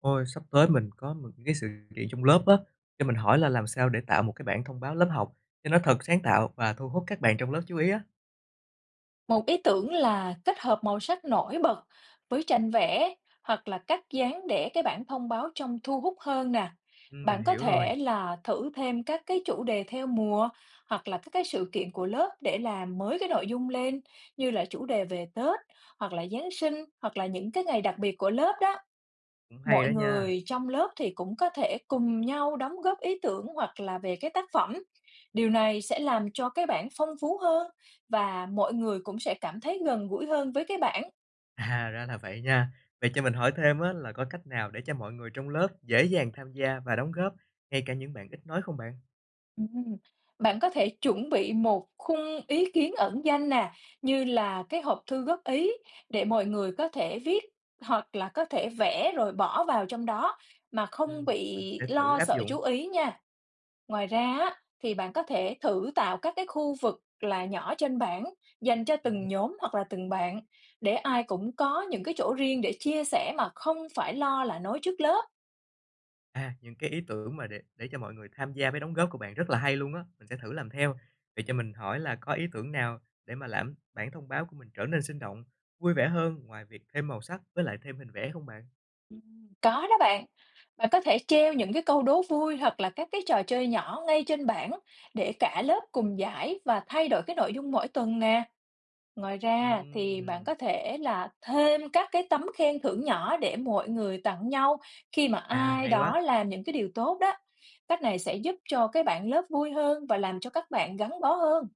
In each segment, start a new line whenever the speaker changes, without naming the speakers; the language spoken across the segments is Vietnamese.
Ôi, sắp tới mình có một cái sự kiện trong lớp á, cho mình hỏi là làm sao để tạo một cái bảng thông báo lớp học cho nó thật sáng tạo và thu hút các bạn trong lớp chú ý á.
Một ý tưởng là kết hợp màu sắc nổi bật với tranh vẽ hoặc là cắt dán để cái bảng thông báo trông thu hút hơn nè.
Ừ, mình
Bạn có
hiểu rồi,
thể là thử thêm các cái chủ đề theo mùa hoặc là các cái sự kiện của lớp để làm mới cái nội dung lên, như là chủ đề về Tết hoặc là Giáng sinh hoặc là những cái ngày đặc biệt của lớp đó.
cũng hay
Mọi
đó nha.
người trong lớp thì cũng có thể cùng nhau đóng góp ý tưởng hoặc là về cái tác phẩm. Điều này sẽ làm cho cái bản phong phú hơn, và mọi người cũng sẽ cảm thấy gần gũi hơn với cái bản.
À, ra là vậy nha. Vậy cho mình hỏi thêm á, là có cách nào để cho mọi người trong lớp dễ dàng tham gia và đóng góp, ngay cả những bạn ít nói không bạn?
Ừm, Bạn có thể chuẩn bị một khung ý kiến ẩn danh nè, như là cái hộp thư góp ý, để mọi người có thể viết hoặc là có thể vẽ rồi bỏ vào trong đó mà
Ừ,
không
mình
bị
sẽ thử
lo
áp
sợ
dụng.
chú ý nha. Ngoài ra á, thì bạn có thể thử tạo các cái khu vực là nhỏ trên bảng dành cho
Ồ.
từng nhóm hoặc là từng bạn, để ai cũng có những cái chỗ riêng để chia sẻ mà không phải lo là nối trước lớp.
À, những cái ý tưởng mà để cho mọi người tham gia với đóng góp của bạn rất là hay luôn á, mình sẽ thử làm theo. Vậy cho mình hỏi là có ý tưởng nào để mà làm bản thông báo của mình trở nên sinh động, vui vẻ hơn ngoài việc thêm màu sắc với lại thêm hình vẽ không bạn?
Có đó bạn. Bạn có thể treo những cái câu đố vui hoặc là các cái trò chơi nhỏ ngay trên bảng để cả lớp cùng giải và thay đổi cái nội dung mỗi tuần nè. Ngoài ra thì bạn có
Ừm,
thể là thêm các cái tấm khen thưởng nhỏ để mọi người tặng nhau khi mà
à,
ai
hay quá.
đó làm những cái điều tốt đó. Cách này sẽ giúp cho cái bạn lớp vui hơn và làm cho các bạn gắn bó hơn.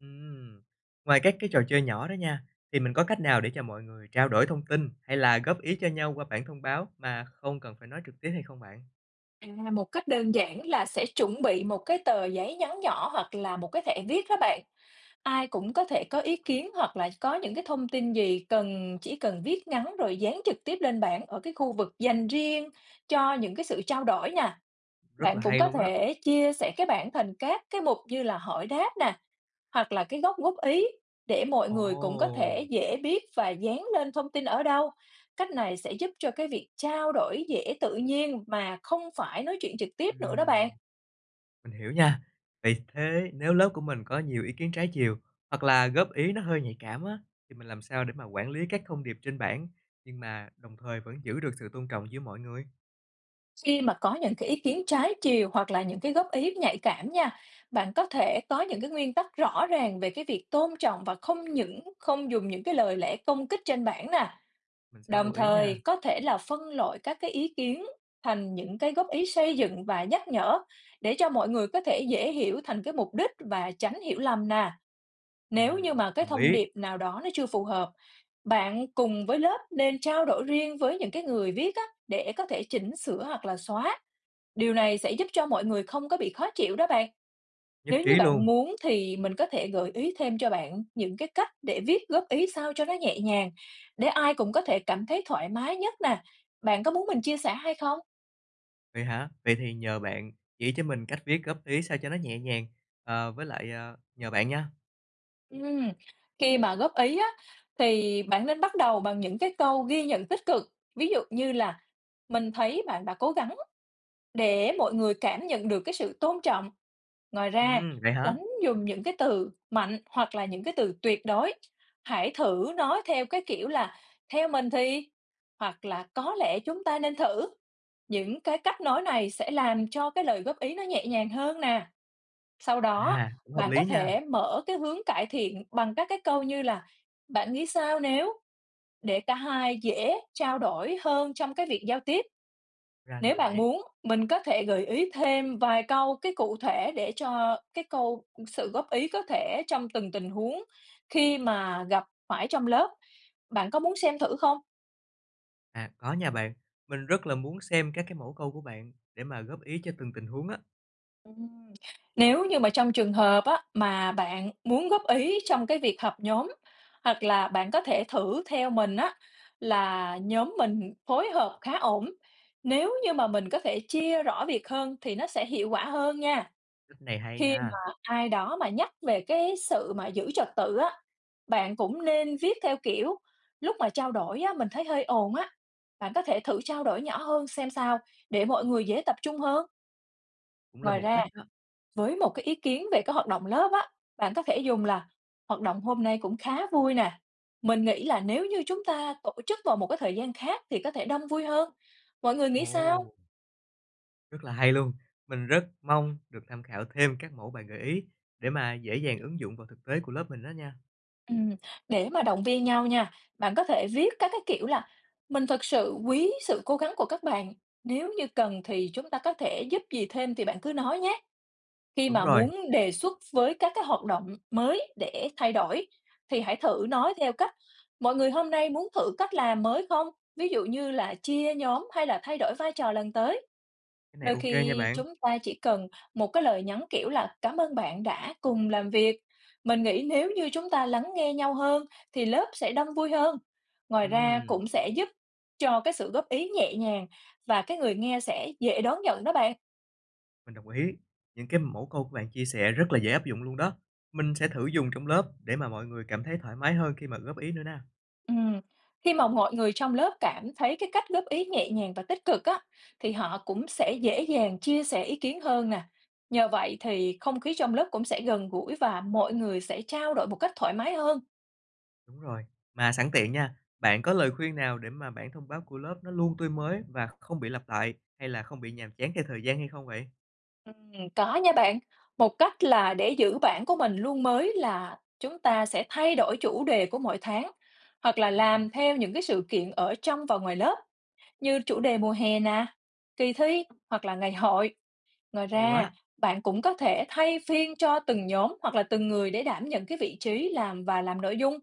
Ừm. Ngoài các cái trò chơi nhỏ đó nha, thì mình có cách nào để cho mọi người trao đổi thông tin hay là góp ý cho nhau qua bản thông báo mà không cần phải nói trực tiếp hay không bạn?
À, một cách đơn giản là sẽ chuẩn bị một cái tờ giấy nhắn nhỏ hoặc là một cái thẻ viết các bạn. Ai cũng có thể có ý kiến hoặc là có những cái thông tin gì cần, chỉ cần viết ngắn rồi dán trực tiếp lên bảng ở cái khu vực dành riêng cho những cái sự trao đổi nè.
Rất là
Bạn cũng
hay
có
luôn á.
thể chia sẻ cái bảng thành các cái mục, như là hỏi đáp nè, hoặc là cái góc góp ý, để mọi người cũng có thể
Ồ.
dễ biết và dán lên thông tin ở đâu. Cách này sẽ giúp cho cái việc trao đổi dễ tự nhiên mà không phải nói chuyện trực tiếp nữa đó bạn.
Ừm. Mình hiểu nha. Vậy thế nếu lớp của mình có nhiều ý kiến trái chiều hoặc là góp ý nó hơi nhạy cảm á, thì mình làm sao để mà quản lý các thông điệp trên bảng nhưng mà đồng thời vẫn giữ được sự tôn trọng giữa mọi người?
Khi mà có những cái ý kiến trái chiều hoặc là những cái góp ý nhạy cảm nha, bạn có thể có những cái nguyên tắc rõ ràng về cái việc tôn trọng và không những không dùng những cái lời lẽ công kích trên bảng nè.
Mình sẽ lưu
Đồng
ý nha.
thời, có thể là phân loại các cái ý kiến thành những cái góp ý xây dựng và nhắc nhở, để cho mọi người có thể dễ hiểu thành cái mục đích và tránh hiểu lầm nè. Nếu như
Mình
mà cái
đồng
thông
ý,
điệp nào đó nó chưa phù hợp, bạn cùng với lớp nên trao đổi riêng với những cái người viết á, để có thể chỉnh sửa hoặc là xóa. Điều này sẽ giúp cho mọi người không có bị khó chịu đó bạn.
nhất
Nếu
trí
như bạn
luôn.
muốn thì mình có thể gợi ý thêm cho bạn những cái cách để viết góp ý sao cho nó nhẹ nhàng, để ai cũng có thể cảm thấy thoải mái nhất nè. Bạn có muốn mình chia sẻ hay không?
Vậy hả? Vậy thì nhờ bạn chỉ cho mình cách viết góp ý sao cho nó nhẹ nhàng, với lại, nhờ bạn nha.
Ừm, khi mà góp ý á, thì bạn nên bắt đầu bằng những cái câu ghi nhận tích cực. Ví dụ như là "Mình thấy bạn đã cố gắng." Để mọi người cảm nhận được cái sự tôn trọng. Ngoài ra,
Vậy hả?
tránh dùng những cái từ mạnh hoặc là những cái từ tuyệt đối. Hãy thử nói theo cái kiểu là "theo mình thì" hoặc là "có lẽ chúng ta nên thử". Những cái cách nói này sẽ làm cho cái lời góp ý nó nhẹ nhàng hơn nè. Sau đó,
À, cũng hợp
bạn
lý
có
nha,
thể mở cái hướng cải thiện bằng các cái câu như là "bạn nghĩ sao nếu", để cả hai dễ trao đổi hơn trong cái việc giao tiếp.
ra là
Nếu bạn
vậy.
muốn, mình có thể gợi ý thêm vài câu cái cụ thể để cho cái câu sự góp ý có thể trong từng tình huống khi mà gặp phải trong lớp. Bạn có muốn xem thử không?
À, có nha bạn, mình rất là muốn xem các cái mẫu câu của bạn để mà góp ý cho từng tình huống á.
Ừm, Nếu như mà trong trường hợp á, mà bạn muốn góp ý trong cái việc họp nhóm, hoặc là bạn có thể thử theo mình á là "nhóm mình phối hợp khá ổn. Nếu như mà mình có thể chia rõ việc hơn thì nó sẽ hiệu quả hơn" nha.
Cách này hay
Khi
nha,
mà ai đó mà nhắc về cái sự mà giữ trật tự á, bạn cũng nên viết theo kiểu "lúc mà trao đổi á, mình thấy hơi ồn á, bạn có thể thử trao đổi nhỏ hơn xem sao", để mọi người dễ tập trung hơn.
cũng là
Ngoài
một
ra,
cách đó.
với một cái ý kiến về cái hoạt động lớp á, bạn có thể dùng là "hoạt động hôm nay cũng khá vui nè. Mình nghĩ là nếu như chúng ta tổ chức vào một cái thời gian khác thì có thể đông vui hơn. Mọi người nghĩ sao?"
Ồ, rất là hay luôn. Mình rất mong được tham khảo thêm các mẫu bạn gợi ý để mà dễ dàng ứng dụng vào thực tế của lớp mình đó nha.
Ừm, để mà động viên nhau nha, bạn có thể viết các cái kiểu là "Mình thực sự quý sự cố gắng của các bạn, nếu như cần thì chúng ta có thể giúp gì thêm thì bạn cứ nói nhé." Khi
Đúng
mà
rồi,
muốn đề xuất với các cái hoạt động mới để thay đổi, thì hãy thử nói theo cách "Mọi người hôm nay muốn thử cách làm mới không?" Ví dụ như là chia nhóm hay là thay đổi vai trò lần tới.
cái này
Đôi
OK nha
khi
bạn.
chúng ta chỉ cần một cái lời nhắn kiểu là "Cảm ơn bạn đã cùng làm việc. Mình nghĩ nếu như chúng ta lắng nghe nhau hơn thì lớp sẽ đông vui hơn." Ngoài ra
Ừm,
cũng sẽ giúp cho cái sự góp ý nhẹ nhàng và cái người nghe sẽ dễ đón nhận đó bạn.
mình đồng ý. Những cái mẫu câu của bạn chia sẻ rất là dễ áp dụng luôn đó. Mình sẽ thử dùng trong lớp để mà mọi người cảm thấy thoải mái hơn khi mà góp ý nữa nè.
Ừm, khi mà mọi người trong lớp cảm thấy cái cách góp ý nhẹ nhàng và tích cực á, thì họ cũng sẽ dễ dàng chia sẻ ý kiến hơn nè. Nhờ vậy thì không khí trong lớp cũng sẽ gần gũi và mọi người sẽ trao đổi một cách thoải mái hơn.
Đúng rồi. Mà sẵn tiện nha, bạn có lời khuyên nào để mà bản thông báo của lớp nó luôn tươi mới và không bị lặp lại hay là không bị nhàm chán theo thời gian hay không vậy?
Có nha bạn. Một cách là để giữ bản của mình luôn mới là chúng ta sẽ thay đổi chủ đề của mỗi tháng hoặc là
Ừm,
làm theo những cái sự kiện ở trong và ngoài lớp, như chủ đề mùa hè nè, kỳ thi, hoặc là ngày hội. Ngoài
hay quá.
ra, bạn cũng có thể thay phiên cho từng nhóm hoặc là từng người để đảm nhận cái vị trí làm và làm nội dung,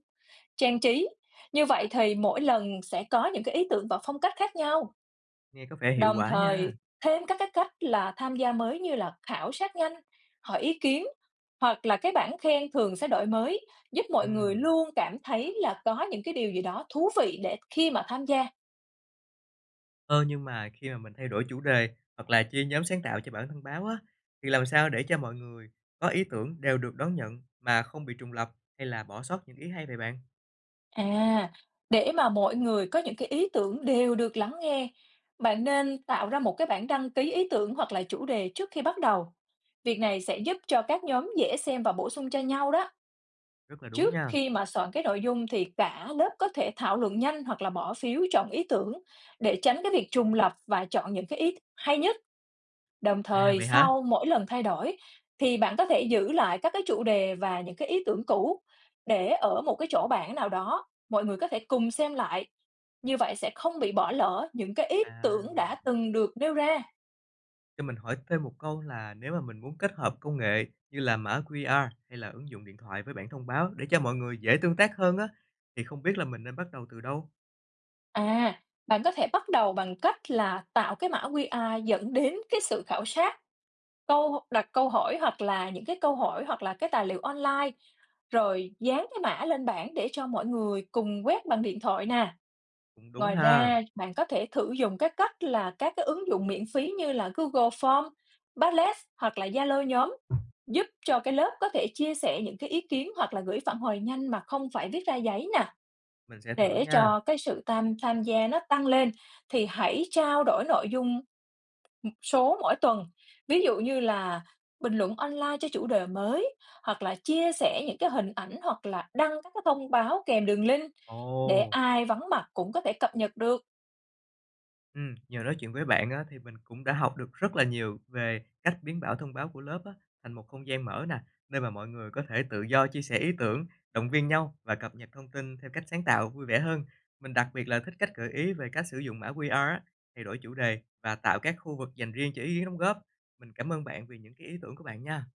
trang trí. Như vậy thì mỗi lần sẽ có những cái ý tưởng và phong cách khác nhau.
Nghe có vẻ hiệu
Đồng
quả nha.
thời, thêm các cái cách là tham gia mới như là khảo sát nhanh, hỏi ý kiến, hoặc là cái bảng khen thường sẽ đổi mới, giúp mọi người
Ừm.
luôn cảm thấy là có những cái điều gì đó thú vị để khi mà tham gia.
Ơ, nhưng mà khi mà mình thay đổi chủ đề hoặc là chia nhóm sáng tạo cho bản thân báo á, thì làm sao để cho mọi người có ý tưởng đều được đón nhận mà không bị trùng lặp hay là bỏ sót những ý hay vậy bạn?
À, để mà mọi người có những cái ý tưởng đều được lắng nghe, bạn nên tạo ra một cái bảng đăng ký ý tưởng hoặc là chủ đề trước khi bắt đầu. Việc này sẽ giúp cho các nhóm dễ xem và bổ sung cho nhau đó.
Rất là đúng
Trước
nha.
khi mà soạn cái nội dung thì cả lớp có thể thảo luận nhanh hoặc là bỏ phiếu chọn ý tưởng, để tránh cái việc trùng lặp và chọn những cái ý hay nhất. Đồng
À,
thời,
vậy hả?
sau mỗi lần thay đổi thì bạn có thể giữ lại các cái chủ đề và những cái ý tưởng cũ để ở một cái chỗ bảng nào đó, mọi người có thể cùng xem lại. Như vậy sẽ không bị bỏ lỡ những cái ý tưởng
À,
đã từng được nêu ra.
cho mình hỏi thêm một câu là nếu mà mình muốn kết hợp công nghệ như là mã QR hay là ứng dụng điện thoại với bản thông báo để cho mọi người dễ tương tác hơn á, thì không biết là mình nên bắt đầu từ đâu?
À, bạn có thể bắt đầu bằng cách là tạo cái mã QR dẫn đến cái sự khảo sát, câu đặt câu hỏi hoặc là những cái câu hỏi hoặc là cái tài liệu online, rồi dán cái mã lên bảng để cho mọi người cùng quét bằng điện thoại nè.
Cũng đúng
Ngoài
ha.
ra, bạn có thể thử dùng các cách là các cái ứng dụng miễn phí như là Google Form, Padlet, hoặc là Zalo nhóm, giúp cho cái lớp có thể chia sẻ những cái ý kiến hoặc là gửi phản hồi nhanh mà không phải viết ra giấy nè.
Mình sẽ thử
Để
nha.
cho cái sự tham tham gia nó tăng lên thì hãy trao đổi nội dung, số mỗi tuần. Ví dụ như là bình luận online cho chủ đề mới, hoặc là chia sẻ những cái hình ảnh, hoặc là đăng các cái thông báo kèm đường link để
Ồ.
ai vắng mặt cũng có thể cập nhật được.
Nhờ nói chuyện với bạn á, thì mình cũng đã học được rất là nhiều về cách biến bảo thông báo của lớp á, thành một không gian mở nè, nơi mà mọi người có thể tự do chia sẻ ý tưởng, động viên nhau và cập nhật thông tin theo cách sáng tạo, vui vẻ hơn. Mình đặc biệt là thích cách gợi ý về cách sử dụng mã QR á, thay đổi chủ đề và tạo các khu vực dành riêng cho ý kiến đóng góp. Mình cảm ơn bạn vì những cái ý tưởng của bạn nha.